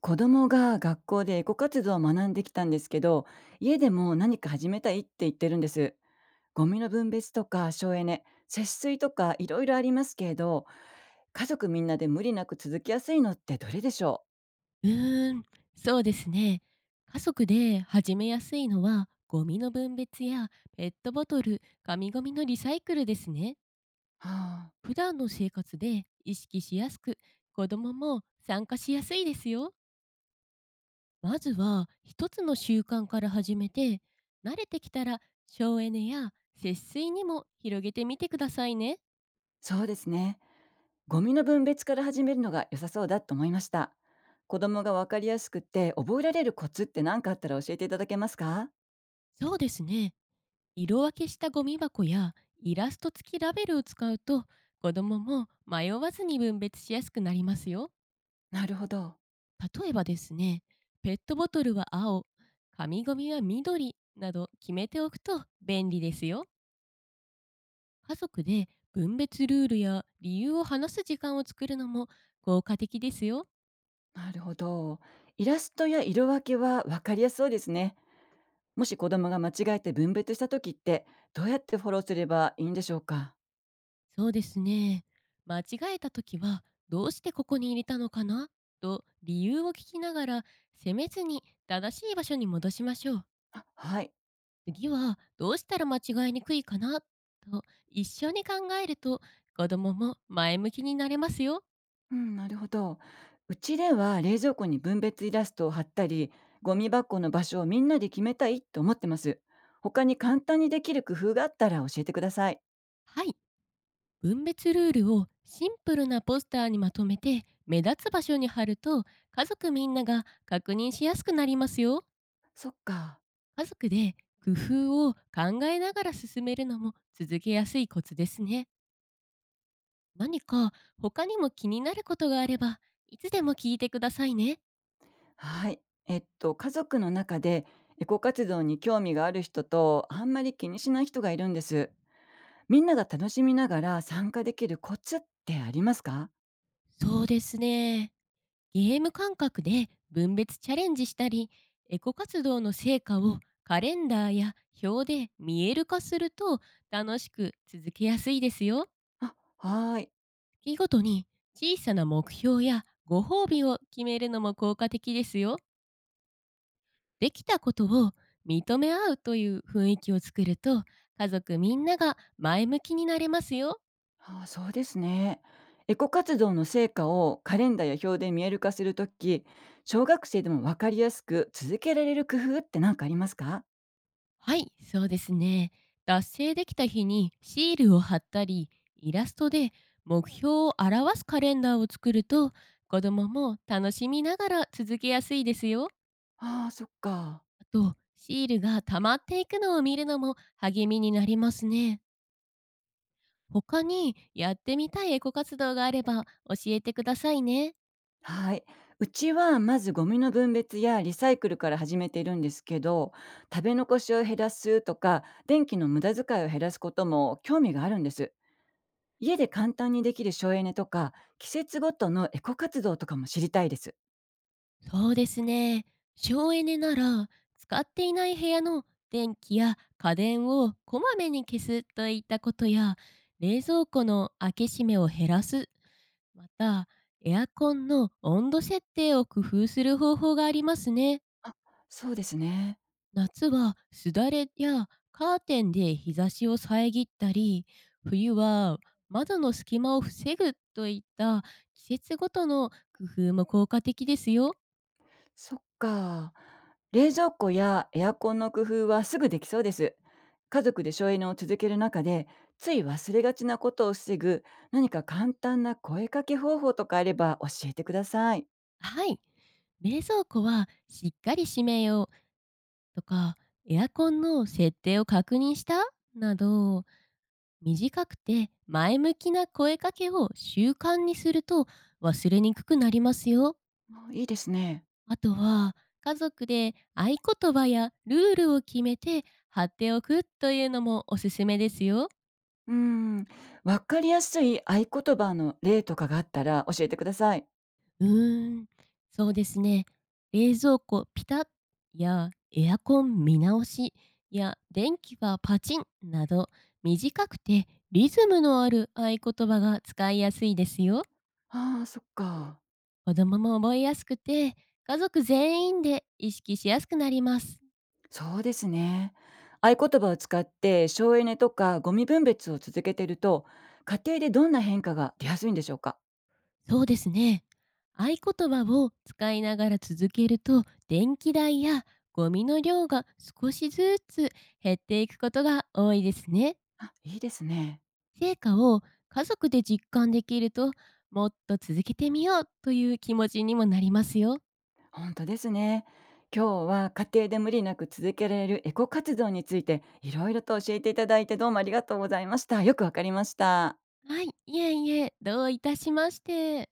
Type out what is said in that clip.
子供が学校でエコ活動を学んできたんですけど、家でも何か始めたいって言ってるんです。ゴミの分別とか省エネ、節水とかいろいろありますけれど、家族みんなで無理なく続きやすいのってどれでしょうーん、そうですね。家族で始めやすいのは、ゴミの分別やペットボトル、紙ゴミのリサイクルですね。う、はあ、普段の生活で意識しやすく、子供も参加しやすいですよ。まずは一つの習慣から始めて、慣れてきたら省エネや節水にも広げてみてくださいね。そうですね。ゴミの分別から始めるのが良さそうだと思いました。子供がわかりやすくて覚えられるコツって何かあったら教えていただけますか。そうですね。色分けしたゴミ箱やイラスト付きラベルを使うと、子どもも迷わずに分別しやすくなりますよ。なるほど。例えばですね、ペットボトルは青、紙ゴミは緑など決めておくと便利ですよ。家族で分別ルールや理由を話す時間を作るのも効果的ですよ。なるほど。イラストや色分けはわかりやすそうですね。もし子供が間違えて分別した時ってどうやってフォローすればいいんでしょうか。そうですね。間違えた時は、どうしてここに入れたのかなと理由を聞きながら、責めずに正しい場所に戻しましょう。あ、はい。次はどうしたら間違いにくいかなと一緒に考えると、子供も前向きになれますよ。うん、なるほど。うちでは冷蔵庫に分別イラストを貼ったり、ゴミ箱の場所をみんなで決めたいと思ってます。他に簡単にできる工夫があったら教えてください。はい。分別ルールをシンプルなポスターにまとめて目立つ場所に貼ると、家族みんなが確認しやすくなりますよ。そっか。家族で工夫を考えながら進めるのも、続けやすいコツですね。何か他にも気になることがあれば、いつでも聞いてくださいね。はい。家族の中でエコ活動に興味がある人とあんまり気にしない人がいるんです。みんなが楽しみながら参加できるコツってありますか。そうですね。ゲーム感覚で分別チャレンジしたり、エコ活動の成果をカレンダーや表で見える化すると、楽しく続けやすいですよ。あ、はーい。月ごとに小さな目標やご褒美を決めるのも効果的ですよ。できたことを認め合うという雰囲気を作ると、家族みんなが前向きになれますよ。ああ、そうですね。エコ活動の成果をカレンダーや表で見える化するとき、小学生でもわかりやすく続けられる工夫って何かありますか。はい、そうですね。達成できた日にシールを貼ったり、イラストで目標を表すカレンダーを作ると、子供も楽しみながら続けやすいですよ。ああ、そっか。あと、シールが溜まっていくのを見るのも励みになりますね。他にやってみたいエコ活動があれば教えてくださいね。はい。うちはまずゴミの分別やリサイクルから始めているんですけど、食べ残しを減らすとか、電気の無駄遣いを減らすことも興味があるんです。家で簡単にできる省エネとか、季節ごとのエコ活動とかも知りたいです。そうですね。省エネなら、使っていない部屋の電気や家電をこまめに消すといったことや、冷蔵庫の開け閉めを減らす、また、エアコンの温度設定を工夫する方法がありますね。そうですね。夏はすだれやカーテンで日差しを遮ったり、冬は窓の隙間を防ぐといった季節ごとの工夫も効果的ですよ。そっか。冷蔵庫やエアコンの工夫はすぐできそうです。家族で省エネを続ける中で、つい忘れがちなことを防ぐ、何か簡単な声かけ方法とかあれば教えてください。はい。冷蔵庫はしっかり閉めようとか、エアコンの設定を確認したなど、短くて前向きな声かけを習慣にすると、忘れにくくなりますよ。あ、いいですね。あとは、家族で合言葉やルールを決めて貼っておくというのもおすすめですよ。うーん。わかりやすい合言葉の例とかがあったら教えてください。うーん、そうですね。冷蔵庫ピタッやエアコン見直しや電気はパチンなど、短くてリズムのある合言葉が使いやすいですよ。ああ、そっか。子供も覚えやすくて、家族全員で意識しやすくなります。そうですね。合言葉を使って省エネとかゴミ分別を続けていると、家庭でどんな変化が出やすいんでしょうか。そうですね。合言葉を使いながら続けると、電気代やゴミの量が少しずつ減っていくことが多いですね。あ、いいですね。成果を家族で実感できると、もっと続けてみようという気持ちにもなりますよ。本当ですね。今日は家庭で無理なく続けられるエコ活動について、いろいろと教えていただいて、どうもありがとうございました。よくわかりました。はい、いえいえ、どういたしまして。